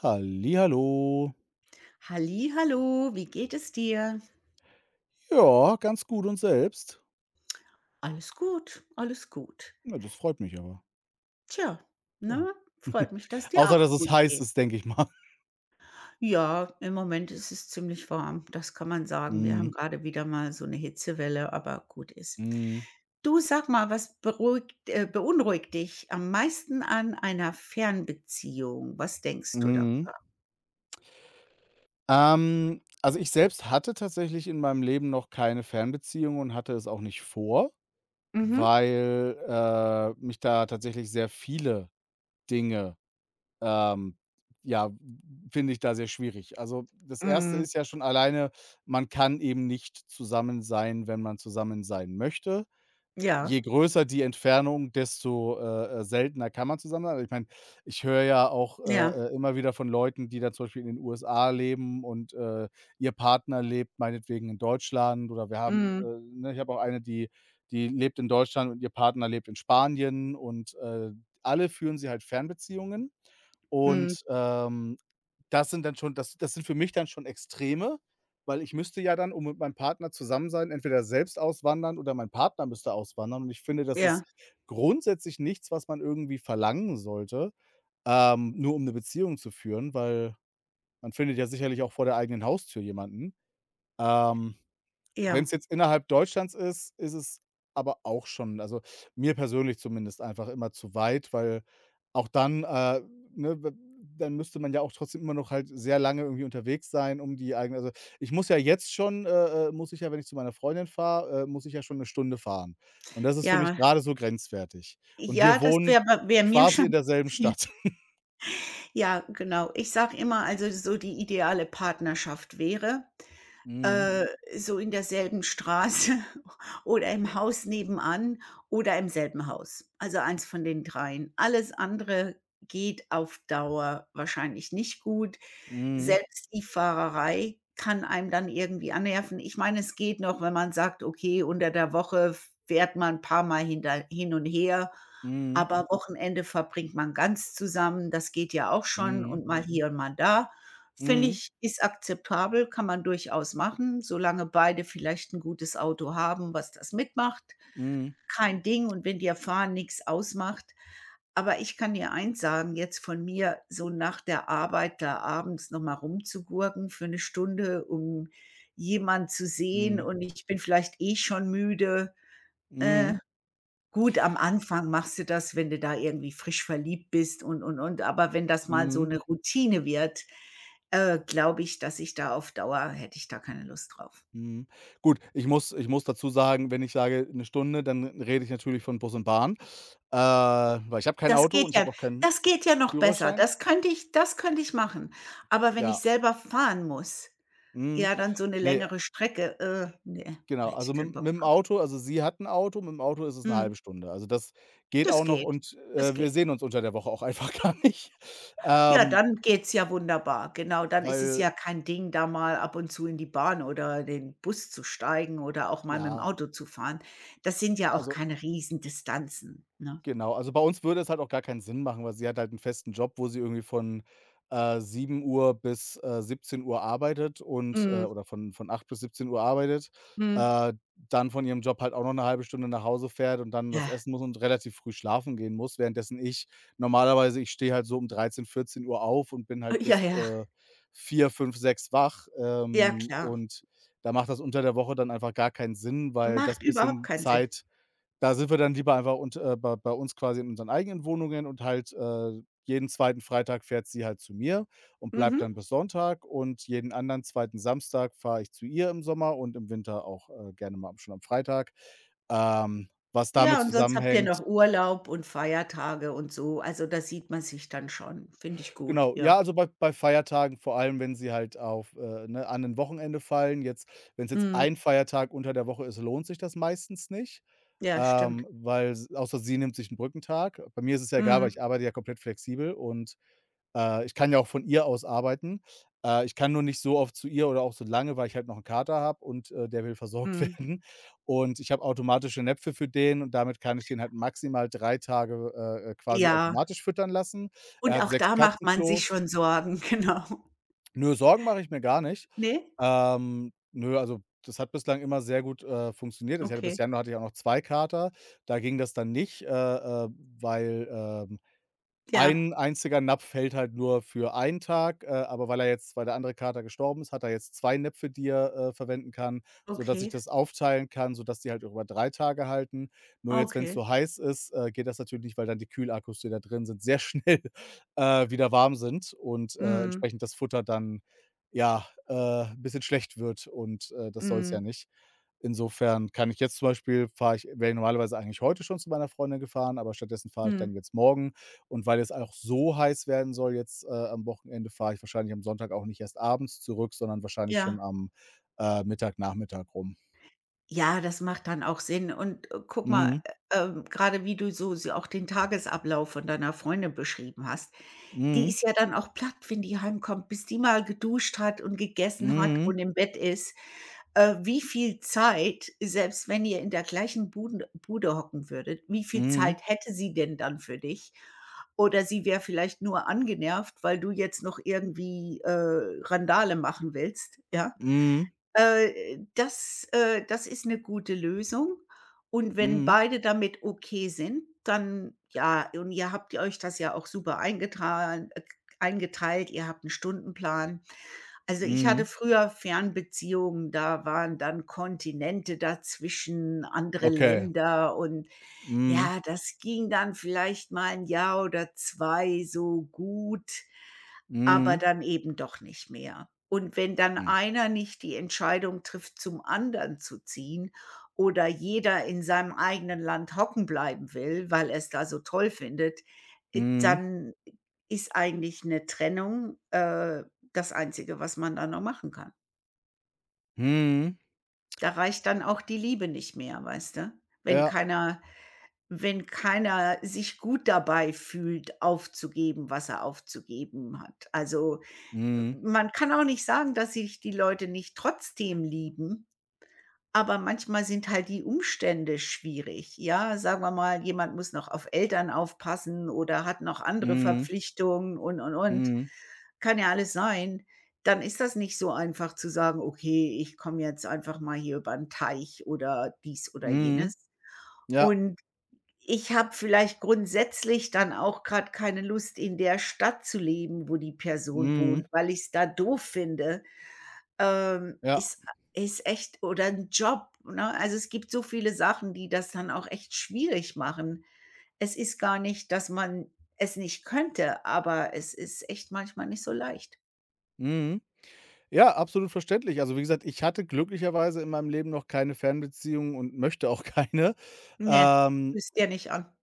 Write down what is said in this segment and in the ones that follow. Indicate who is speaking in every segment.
Speaker 1: Hallihallo.
Speaker 2: Hallihallo, wie geht es dir?
Speaker 1: Ja, ganz gut und selbst?
Speaker 2: Alles gut, alles gut.
Speaker 1: Ja, das freut mich aber.
Speaker 2: Tja,
Speaker 1: Ja.
Speaker 2: ne? Freut mich, dass dir
Speaker 1: Außer,
Speaker 2: auch
Speaker 1: dass es
Speaker 2: gut
Speaker 1: heiß
Speaker 2: geht.
Speaker 1: ist, denke ich mal.
Speaker 2: Ja, im Moment ist es ziemlich warm, das kann man sagen. Wir haben
Speaker 1: Mhm.
Speaker 2: gerade wieder mal so eine Hitzewelle, aber gut ist.
Speaker 1: Mhm.
Speaker 2: Du, sag mal, was beruhigt beunruhigt dich am meisten an einer Fernbeziehung? Was denkst du da?
Speaker 1: Mhm. Also, ich selbst hatte tatsächlich in meinem Leben noch keine Fernbeziehung und hatte es auch nicht vor,
Speaker 2: Mhm.
Speaker 1: weil mich da tatsächlich sehr viele Dinge, ähm ja, finde ich da sehr schwierig. Also, das erste
Speaker 2: Mhm.
Speaker 1: ist ja schon alleine, man kann eben nicht zusammen sein, wenn man zusammen sein möchte.
Speaker 2: Ja,
Speaker 1: Je größer die Entfernung, desto seltener kann man zusammen sein. Also, ich meine, ich höre ja auch,
Speaker 2: ja.
Speaker 1: äh, äh, immer wieder von Leuten, die dann zum Beispiel in den USA leben und, ihr Partner lebt meinetwegen in Deutschland, oder wir haben,
Speaker 2: Mhm.
Speaker 1: ne, ich habe auch eine, die lebt in Deutschland und ihr Partner lebt in Spanien, und alle führen sie halt Fernbeziehungen.
Speaker 2: Mhm.
Speaker 1: Und, das sind dann schon, das sind für mich dann schon Extreme, weil ich müsste ja dann, um mit meinem Partner zusammen sein, entweder selbst auswandern oder mein Partner müsste auswandern. Und ich finde, das
Speaker 2: Ja,
Speaker 1: ist grundsätzlich nichts, was man irgendwie verlangen sollte, nur um eine Beziehung zu führen, weil man findet ja sicherlich auch vor der eigenen Haustür jemanden. Ähm
Speaker 2: ja,
Speaker 1: Wenn es jetzt innerhalb Deutschlands ist, ist es aber auch schon, also mir persönlich zumindest einfach immer zu weit, weil auch dann, ne, w dann müsste man ja auch trotzdem immer noch halt sehr lange irgendwie unterwegs sein, um die eigene, also ich muss ja jetzt schon muss ich ja, wenn ich zu meiner Freundin fahre, muss ich ja schon eine Stunde fahren. Und das ist für mich
Speaker 2: ja.
Speaker 1: gerade so grenzwertig. Und
Speaker 2: Ja,
Speaker 1: wir
Speaker 2: das
Speaker 1: wohnen
Speaker 2: wäre wär bei wäre mir
Speaker 1: quasi
Speaker 2: schon
Speaker 1: in derselben Stadt.
Speaker 2: Ja, genau. Ich sage immer, also so die ideale Partnerschaft wäre,
Speaker 1: Mhm.
Speaker 2: Mhm, so in derselben Straße oder im Haus nebenan oder im selben Haus. Also eins von den dreien. Alles andere geht auf Dauer wahrscheinlich nicht gut.
Speaker 1: Mhm.
Speaker 2: Selbst die Fahrerei kann einem dann irgendwie annerven. Ich meine, es geht noch, wenn man sagt: „Okay, unter der Woche fährt man ein paarmal hin und her,
Speaker 1: Mhm.
Speaker 2: aber Wochenende verbringt man ganz zusammen.“ Das geht ja auch schon
Speaker 1: Mhm.
Speaker 2: und mal hier und mal da. Finde
Speaker 1: Mhm.
Speaker 2: ich, ist akzeptabel, kann man durchaus machen, solange beide vielleicht ein gutes Auto haben, was das mitmacht.
Speaker 1: Mhm.
Speaker 2: Kein Ding und wenn dir Fahren nichts ausmacht, aber ich kann dir eins sagen, jetzt von mir, so nach der Arbeit da abends noch mal rumzugurken für eine Stunde, um jemand zu sehen
Speaker 1: Mhm.
Speaker 2: und ich bin vielleicht eh schon müde. Äh,
Speaker 1: Mhm.
Speaker 2: gut, am Anfang machst du das, wenn du da irgendwie frisch verliebt bist und, aber wenn das mal so
Speaker 1: Mhm.
Speaker 2: eine Routine wird, glaube ich, dass ich da auf Dauer hätte ich da keine Lust drauf.
Speaker 1: Mhm. Gut, ich muss dazu sagen: Wenn ich sage eine Stunde, dann rede ich natürlich von Bus und Bahn, weil ich habe kein
Speaker 2: Das
Speaker 1: Auto
Speaker 2: geht
Speaker 1: und ich
Speaker 2: ja
Speaker 1: habe auch keinen
Speaker 2: das geht ja noch besser.
Speaker 1: Führerschein.
Speaker 2: Das könnte ich machen. Aber wenn
Speaker 1: Ja,
Speaker 2: ich selber fahren muss.
Speaker 1: mhm.
Speaker 2: Ja, dann so 'ne
Speaker 1: Ne,
Speaker 2: längere Strecke, ne,
Speaker 1: genau.
Speaker 2: hätte ich
Speaker 1: Also,
Speaker 2: keinen
Speaker 1: mit
Speaker 2: Bock
Speaker 1: mit dem
Speaker 2: drauf.
Speaker 1: Auto, also sie hat ein Auto, mit dem Auto ist es eine
Speaker 2: Mhm.
Speaker 1: halbe Stunde. Also, das geht
Speaker 2: Das
Speaker 1: auch noch,
Speaker 2: geht,
Speaker 1: und
Speaker 2: das
Speaker 1: wir
Speaker 2: geht.
Speaker 1: sehen uns unter der Woche auch einfach gar nicht,
Speaker 2: Ja,
Speaker 1: ähm,
Speaker 2: dann geht's ja wunderbar, genau. Dann ist es
Speaker 1: weil
Speaker 2: ja kein Ding, da mal ab und zu in die Bahn oder den Bus zu steigen oder auch mal mit'm
Speaker 1: ja,
Speaker 2: Auto zu fahren. Das sind ja auch
Speaker 1: also.
Speaker 2: keine Riesendistanzen, ne?
Speaker 1: Genau, also bei uns würde es halt auch gar keinen Sinn machen, weil sie hat halt 'n festen Job, wo sie irgendwie von 7 Uhr bis 17 Uhr arbeitet, und
Speaker 2: Mhm,
Speaker 1: oder von 8 bis 17 Uhr arbeitet,
Speaker 2: mhm.
Speaker 1: äh, dann von ihrem Job halt auch noch 'ne halbe Stunde nach Hause fährt und dann was
Speaker 2: Ja,
Speaker 1: essen muss und relativ früh schlafen gehen muss, währenddessen ich normalerweise ich stehe halt so um 13, 14 Uhr auf und bin
Speaker 2: äh,
Speaker 1: halt
Speaker 2: ja,
Speaker 1: bis,
Speaker 2: ja,
Speaker 1: 4, 5, 6 wach,
Speaker 2: ja klar.
Speaker 1: und da macht das unter der Woche dann einfach gar keinen Sinn, weil das
Speaker 2: Macht überhaupt
Speaker 1: bisschen
Speaker 2: keinen Sinn.
Speaker 1: Zeit, da sind wir dann lieber einfach, und bei uns quasi in unseren eigenen Wohnungen. Und halt, jeden zweiten Freitag fährt sie halt zu mir und bleibt
Speaker 2: Mhm.
Speaker 1: dann bis Sonntag, und jeden anderen zweiten Samstag fahre ich zu ihr, im Sommer, und im Winter auch, gerne mal schon am Freitag. Was
Speaker 2: Ja,
Speaker 1: damit
Speaker 2: und sonst habt ihr
Speaker 1: zusammenhängt.
Speaker 2: noch Urlaub und Feiertage und so. Also, da sieht man sich dann schon, finde ich gut,
Speaker 1: Genau,
Speaker 2: ja.
Speaker 1: ja, also bei Feiertagen, vor allem, wenn sie halt auf, ne, an ein Wochenende fallen. Jetzt, wenn es jetzt
Speaker 2: Mhm.
Speaker 1: ein Feiertag unter der Woche ist, lohnt sich das meistens nicht,
Speaker 2: Ja, stimmt.
Speaker 1: weil s, außer sie nimmt sich 'n Brückentag. Bei mir ist es ja egal, weil
Speaker 2: Mhm,
Speaker 1: ich arbeite ja komplett flexibel und ich kann ja auch von ihr aus arbeiten. Ich kann nur nicht so oft zu ihr oder auch so lange, weil ich halt noch 'n Kater habe und, der will versorgt
Speaker 2: mhm.
Speaker 1: werden. Und ich habe automatische Näpfe für den, und damit kann ich den halt maximal 3 Tage, quasi
Speaker 2: Ja,
Speaker 1: automatisch füttern lassen. Er
Speaker 2: und
Speaker 1: hat
Speaker 2: auch
Speaker 1: 6
Speaker 2: da macht man sich
Speaker 1: Katzenklos.
Speaker 2: schon Sorgen, genau.
Speaker 1: Nö, Sorgen mache ich mir gar nicht.
Speaker 2: Ne?
Speaker 1: Nö, also, das hat bislang immer sehr gut, funktioniert. Also, ich hatte bis
Speaker 2: Okay.
Speaker 1: Januar hatte ich auch noch 2 Kater. Da ging das dann nicht, weil,
Speaker 2: Ja,
Speaker 1: ein einziger Napf hält halt nur für einen Tag, aber weil er jetzt weil der andere Kater gestorben ist, hat er jetzt 2 Näpfe, die er, verwenden kann, sodass ich
Speaker 2: okay,
Speaker 1: das aufteilen kann, sodass die halt über 3 Tage halten. Nur jetzt, wenn's
Speaker 2: okay.
Speaker 1: so heiß ist, geht das natürlich nicht, weil dann die Kühlakkus, die da drin sind, sehr schnell, wieder warm sind und,
Speaker 2: Mhm,
Speaker 1: entsprechend das Futter dann, ja, bisschen schlecht wird, und das soll's ja
Speaker 2: mhm,
Speaker 1: nicht. Insofern, kann ich jetzt zum Beispiel, fahre ich wäre ich normalerweise eigentlich heute schon zu meiner Freundin gefahren, aber stattdessen fahre ich dann
Speaker 2: mhm.
Speaker 1: jetzt morgen. Und weil es auch so heiß werden soll jetzt, am Wochenende, fahre ich wahrscheinlich am Sonntag auch nicht erst abends zurück, sondern wahrscheinlich schon
Speaker 2: Ja.
Speaker 1: am, Mittag, Nachmittag rum.
Speaker 2: Ja, das macht dann auch Sinn und guck mal,
Speaker 1: Mhm.
Speaker 2: grade wie du so so auch den Tagesablauf von deiner Freundin beschrieben hast, die
Speaker 1: Mhm.
Speaker 2: ist ja dann auch platt, wenn die heimkommt, bis die mal geduscht hat und gegessen hat
Speaker 1: Mhm.
Speaker 2: und im Bett ist. Wie viel Zeit, selbst wenn ihr in der gleichen Bude hocken würdet, wie viel
Speaker 1: Mhm.
Speaker 2: Zeit hätte sie denn dann für dich? Oder sie wäre vielleicht nur angenervt, weil du jetzt noch irgendwie, Randale machen willst, ja?
Speaker 1: Mhm.
Speaker 2: Das ist eine gute Lösung. Und wenn
Speaker 1: Mhm.
Speaker 2: beide damit okay sind, dann ja, und ihr habt euch das ja auch super eingetra eingeteilt, ihr habt einen Stundenplan. Also, ich hatte
Speaker 1: Mhm.
Speaker 2: früher Fernbeziehungen, da waren dann Kontinente dazwischen, andere
Speaker 1: Okay.
Speaker 2: Länder und
Speaker 1: Mhm.
Speaker 2: ja, das ging dann vielleicht mal ein Jahr oder 2 so gut. Aber
Speaker 1: Mhm.
Speaker 2: dann eben doch nicht mehr. Und wenn dann
Speaker 1: Hm.
Speaker 2: einer nicht die Entscheidung trifft, zum anderen zu ziehen oder jeder in seinem eigenen Land hocken bleiben will, weil er es da so toll findet,
Speaker 1: Mhm.
Speaker 2: dann ist eigentlich eine Trennung, das Einzige, was man da noch machen kann.
Speaker 1: Mhm.
Speaker 2: Da reicht dann auch die Liebe nicht mehr, weißt du? Wenn
Speaker 1: Ja.
Speaker 2: keiner wenn keiner sich gut dabei fühlt, aufzugeben, was er aufzugeben hat. Also,
Speaker 1: Mhm.
Speaker 2: man kann auch nicht sagen, dass sich die Leute nicht trotzdem lieben, aber manchmal sind halt die Umstände schwierig, ja? Sagen wir mal, jemand muss noch auf Eltern aufpassen oder hat noch andere
Speaker 1: Mhm.
Speaker 2: Verpflichtungen und, und.
Speaker 1: Mhm.
Speaker 2: Kann ja alles sein. Dann ist das nicht so einfach zu sagen: „Okay, ich komme jetzt einfach mal hier über 'n Teich“ oder dies oder jenes.
Speaker 1: Mhm. Ja.
Speaker 2: Und ich habe vielleicht grundsätzlich dann auch gerade keine Lust, in der Stadt zu leben, wo die Person
Speaker 1: Mhm.
Speaker 2: wohnt, weil ich es da doof finde, ähm,
Speaker 1: Ja.
Speaker 2: ist ist echt oder ein Job, ne? Also, es gibt so viele Sachen, die das dann auch echt schwierig machen. Es ist gar nicht, dass man es nicht könnte, aber es ist echt manchmal nicht so leicht.
Speaker 1: Mhm. Ja, absolut verständlich. Also, wie gesagt, ich hatte glücklicherweise in meinem Leben noch keine Fernbeziehung und möchte auch keine,
Speaker 2: Ne,
Speaker 1: ähm,
Speaker 2: tust dir nicht an.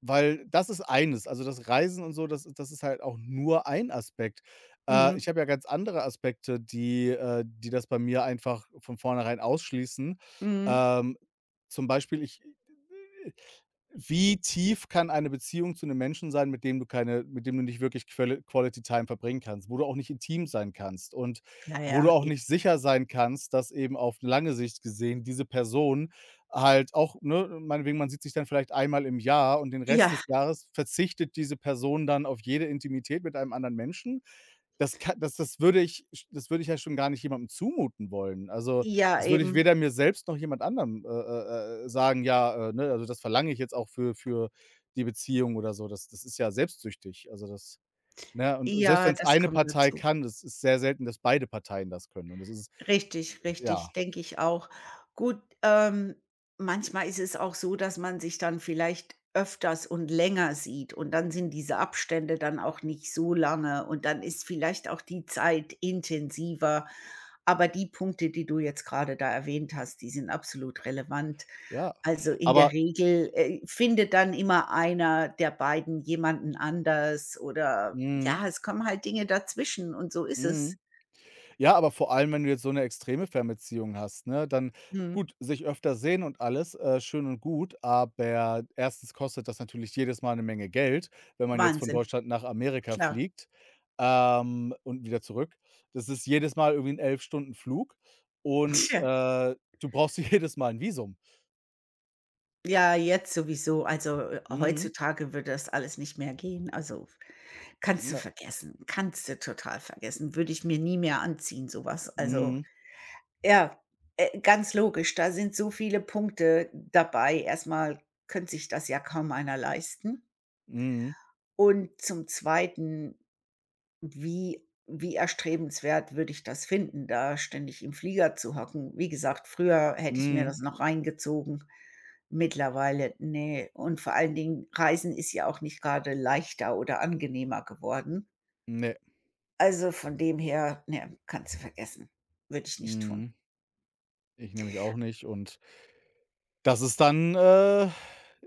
Speaker 1: weil das ist eines. Also, das Reisen und so, das ist halt auch nur ein Aspekt.
Speaker 2: Mhm.
Speaker 1: Ich habe ja ganz andere Aspekte, die das bei mir einfach von vornherein ausschließen.
Speaker 2: Mhm.
Speaker 1: Ähm, zum Beispiel, ich wie tief kann eine Beziehung zu einem Menschen sein, mit dem du nicht wirklich Quelle Quality Time verbringen kannst, wo du auch nicht intim sein kannst und
Speaker 2: Na
Speaker 1: wo du
Speaker 2: ja,
Speaker 1: auch
Speaker 2: e
Speaker 1: nicht sicher sein kannst, dass, eben auf lange Sicht gesehen, diese Person halt auch, ne, meinetwegen, man sieht sich dann vielleicht einmal im Jahr, und den
Speaker 2: ja,
Speaker 1: Rest des Jahres verzichtet diese Person dann auf jede Intimität mit einem anderen Menschen. Das ka das das würde ich das würde ich ja schon gar nicht jemandem zumuten wollen. Also,
Speaker 2: ja,
Speaker 1: das würde ich
Speaker 2: eben.
Speaker 1: weder mir selbst noch jemand anderem, sagen, ja, ne, also das verlange ich jetzt auch, für die Beziehung oder so. Das ist ja selbstsüchtig. Also, das, ne, und selbst
Speaker 2: Ja,
Speaker 1: wenn es
Speaker 2: das
Speaker 1: eine
Speaker 2: kommt
Speaker 1: Partei
Speaker 2: dazu.
Speaker 1: kann, das ist sehr selten, dass beide Parteien das können, und das ist,
Speaker 2: Richtig,
Speaker 1: ja,
Speaker 2: richtig, denke ich auch. Gut, manchmal ist es auch so, dass man sich dann vielleicht öfters und länger sieht und dann sind diese Abstände dann auch nicht so lange und dann ist vielleicht auch die Zeit intensiver. Aber die Punkte, die du jetzt gerade da erwähnt hast, die sind absolut relevant.
Speaker 1: ja.
Speaker 2: Also, in der
Speaker 1: Aber
Speaker 2: Regel, findet dann immer einer der beiden jemanden anders oder
Speaker 1: mhm,
Speaker 2: ja, es kommen halt Dinge dazwischen und so ist es.
Speaker 1: mhm. Ja, aber vor allem, wenn du jetzt so 'ne extreme Fernbeziehung hast, ne, dann,
Speaker 2: Mhm.
Speaker 1: gut, sich öfter sehen und alles, schön und gut, aber erstens kostet das natürlich jedes Mal 'ne Menge Geld, wenn man jetzt von
Speaker 2: Wahnsinn,
Speaker 1: Deutschland nach Amerika
Speaker 2: klar.
Speaker 1: fliegt, und wieder zurück. Das ist jedes Mal irgendwie 'n 11 Stunden Flug und,
Speaker 2: Tja,
Speaker 1: äh, du brauchst jedes Mal 'n Visum.
Speaker 2: ja, jetzt sowieso. Also,
Speaker 1: Mhm.
Speaker 2: heutzutage würde das alles nicht mehr gehen. Also, kannst du
Speaker 1: Ja.
Speaker 2: vergessen. Kannst du total vergessen. Würde ich mir nie mehr anziehen, sowas. Also,
Speaker 1: Mhm.
Speaker 2: ja, ganz logisch. Da sind so viele Punkte dabei. Erst mal könnte sich das ja kaum einer leisten.
Speaker 1: Mhm.
Speaker 2: Und zum Zweiten, wie wie erstrebenswert würde ich das finden, da ständig im Flieger zu hocken? Wie gesagt, früher hätte ich mir
Speaker 1: Mhm.
Speaker 2: das noch reingezogen. Mittlerweile, ne. Und vor allen Dingen, Reisen ist ja auch nicht gerade leichter oder angenehmer geworden.
Speaker 1: Ne.
Speaker 2: Also, von dem her, ne, kannst du vergessen. Würde ich nicht tun.
Speaker 1: Mhm. Ich nämlich auch nicht, und das ist dann,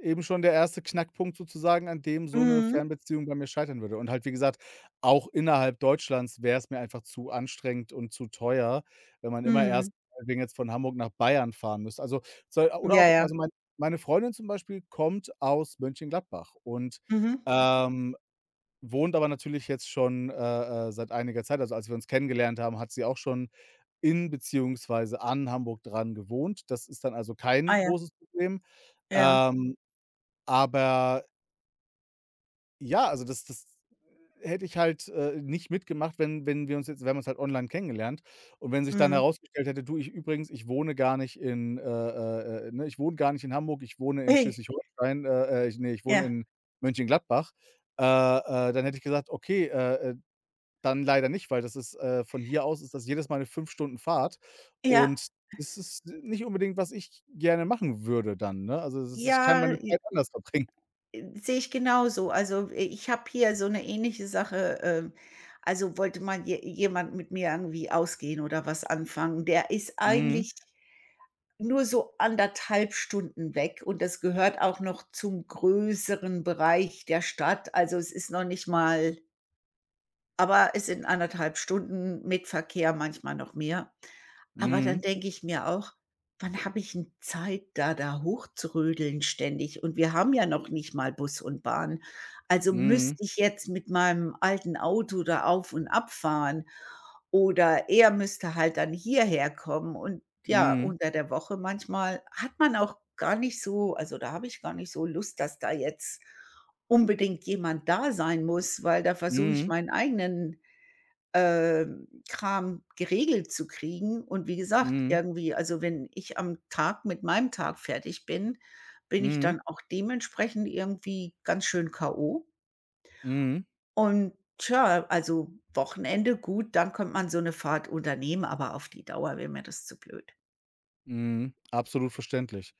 Speaker 1: eben schon der erste Knackpunkt sozusagen, an dem so 'ne
Speaker 2: Mhm,
Speaker 1: Fernbeziehung bei mir scheitern würde. Und halt, wie gesagt, auch innerhalb Deutschlands wär's mir einfach zu anstrengend und zu teuer, wenn man immer
Speaker 2: mhm.
Speaker 1: erst meinetwegen jetzt von Hamburg nach Bayern fahren müsste. Also, soll, oder
Speaker 2: Ja,
Speaker 1: auch,
Speaker 2: ja.
Speaker 1: also meine Freundin zum Beispiel kommt aus Mönchengladbach und,
Speaker 2: Mhm.
Speaker 1: ähm wohnt aber natürlich jetzt schon, seit einiger Zeit. Also, als wir uns kennengelernt haben, hat sie auch schon in, beziehungsweise an Hamburg dran, gewohnt. Das ist dann also
Speaker 2: Ah
Speaker 1: kein
Speaker 2: ja,
Speaker 1: großes Problem.
Speaker 2: ja.
Speaker 1: Ähm, aber ja, also das hätte ich halt, nicht mitgemacht, wenn wir uns halt online kennengelernt, und wenn sich dann
Speaker 2: Mhm.
Speaker 1: herausgestellt hätte: „Du, ich übrigens, ich wohne gar nicht in, ne, ich wohne gar nicht in Hamburg, ich wohne in
Speaker 2: Hey,
Speaker 1: Schleswig-Holstein, ich wohne
Speaker 2: ja.
Speaker 1: in Mönchengladbach.“ Dann hätte ich gesagt: „Okay, dann leider nicht, weil das ist, von hier aus ist das jedes Mal eine 5 Stunden Fahrt,
Speaker 2: Ja,
Speaker 1: und das ist nicht unbedingt, was ich gerne machen würde dann, ne? Also, das ist ich kann
Speaker 2: ja,
Speaker 1: meine
Speaker 2: j
Speaker 1: Zeit anders verbringen.
Speaker 2: sehe ich genauso. Also, i ich habe hier so eine ähnliche Sache, also, wollte mal je jemand mit mir irgendwie ausgehen oder was anfangen. Der ist
Speaker 1: Mhm.
Speaker 2: eigentlich nur so anderthalb Stunden weg und das gehört auch noch zum größeren Bereich der Stadt. Also, es ist noch nicht mal, aber es sind anderthalb Stunden mit Verkehr, manchmal noch mehr. Aber dann
Speaker 1: Mhm.
Speaker 2: denke ich mir auch: „Wann habe ich 'n Zeit, da hochzurödeln ständig?“ Und wir haben ja noch nicht mal Bus und Bahn. Also,
Speaker 1: Mhm.
Speaker 2: müsste ich jetzt mit meinem alten Auto da auf und abfahren oder er müsste halt dann hierher kommen. Und ja,
Speaker 1: Mhm.
Speaker 2: unter der Woche manchmal hat man auch gar nicht so, also, da habe ich gar nicht so Lust, dass da jetzt unbedingt jemand da sein muss, weil da versuche ich
Speaker 1: Mhm.
Speaker 2: meinen eigenen, Kram geregelt zu kriegen. Und wie gesagt,
Speaker 1: Mhm.
Speaker 2: irgendwie, also wenn ich am Tag mit meinem Tag fertig bin, bin ich
Speaker 1: Mhm.
Speaker 2: dann auch dementsprechend irgendwie ganz schön K.O.
Speaker 1: Mhm.
Speaker 2: Und tja, also Wochenende, gut, dann könnte man so eine Fahrt unternehmen, aber auf die Dauer wäre mir das zu blöd.
Speaker 1: Mhm. Absolut verständlich.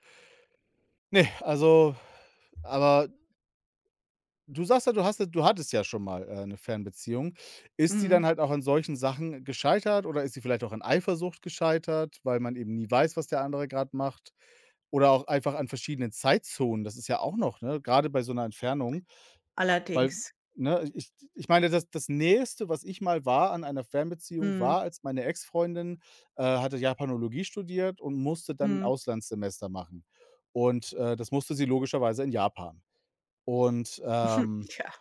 Speaker 1: Ne, also, aber du sagst ja, du hattest ja schon mal, 'ne Fernbeziehung. Ist die dann
Speaker 2: Mhm.
Speaker 1: halt auch an solchen Sachen gescheitert, oder ist sie vielleicht auch an Eifersucht gescheitert, weil man eben nie weiß, was der andere grad macht? Oder auch einfach an verschiedenen Zeitzonen, das ist ja auch noch, ne, grade bei so einer Entfernung, weil,
Speaker 2: Allerdings.
Speaker 1: ne, ich meine, das Nächste, was ich mal war an einer Fernbeziehung,
Speaker 2: Mhm,
Speaker 1: war, als meine Ex-Freundin, hatte Japanologie studiert und musste dann ein
Speaker 2: mhm.
Speaker 1: Auslandssemester machen. Und, das musste sie logischerweise in Japan. Und,
Speaker 2: Ja,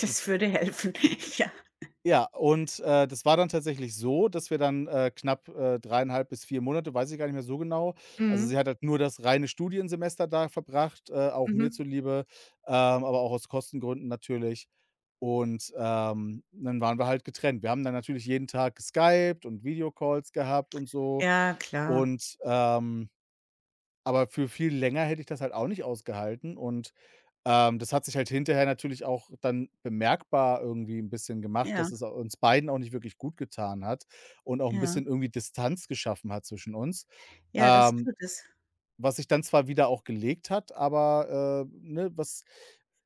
Speaker 2: das
Speaker 1: das
Speaker 2: würde helfen. Ja.
Speaker 1: Ja, und das war dann tatsächlich so, dass wir dann, knapp, 3,5 bis 4 Monate, weiß ich gar nicht mehr so genau, also sie
Speaker 2: Mhm,
Speaker 1: hat halt nur das reine Studiensemester da verbracht, auch mir
Speaker 2: mhm.
Speaker 1: zuliebe, aber auch aus Kostengründen natürlich. Und, dann waren wir halt getrennt. Wir haben dann natürlich jeden Tag geskypt und Videocalls gehabt und so.
Speaker 2: Ja, klar.
Speaker 1: Und, aber für viel länger hätte ich das halt auch nicht ausgehalten, und das hat sich halt hinterher natürlich auch dann bemerkbar irgendwie ein bisschen gemacht,
Speaker 2: Ja,
Speaker 1: dass es au uns beiden auch nicht wirklich gut getan hat und auch ein
Speaker 2: ja.
Speaker 1: bisschen irgendwie Distanz geschaffen hat zwischen uns.
Speaker 2: Ja, das
Speaker 1: Ähm,
Speaker 2: tut es.
Speaker 1: was sich dann zwar wieder auch gelegt hat, aber, ne, was,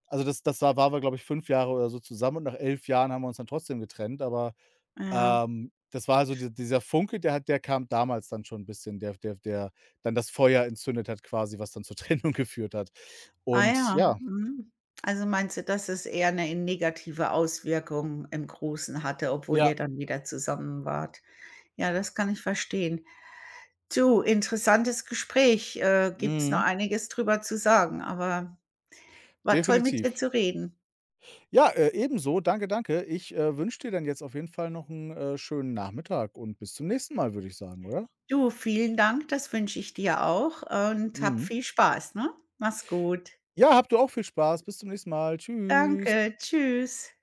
Speaker 1: also das waren wir, glaube ich, 5 Jahre oder so zusammen, und nach 11 Jahren haben wir uns dann trotzdem getrennt, aber,
Speaker 2: Ja.
Speaker 1: ähm, das war also dieser Funke, der kam damals dann schon ein bisschen, der dann das Feuer entzündet hat quasi, was dann zur Trennung geführt hat.
Speaker 2: Ah
Speaker 1: Und
Speaker 2: ja,
Speaker 1: ja.
Speaker 2: mhm. Also meinst du, dass es eher 'ne negative Auswirkung im Großen hatte, obwohl
Speaker 1: Ja.
Speaker 2: ihr dann wieder zusammen wart? Ja, das kann ich verstehen. Du, interessantes Gespräch, gibt's noch
Speaker 1: Mhm,
Speaker 2: einiges drüber zu sagen, aber war toll, mit
Speaker 1: definitiv.
Speaker 2: dir zu reden.
Speaker 1: Ja, ebenso. Danke, danke. Ich, wünsche dir dann jetzt auf jeden Fall noch einen schönen Nachmittag, und bis zum nächsten Mal, würde ich sagen, oder?
Speaker 2: Du, vielen Dank, das wünsche ich dir auch und hab
Speaker 1: Mhm.
Speaker 2: viel Spaß, ne? Mach's gut.
Speaker 1: Ja, habt du auch viel Spaß. Bis zum nächsten Mal. Tschüss.
Speaker 2: Danke, tschüss.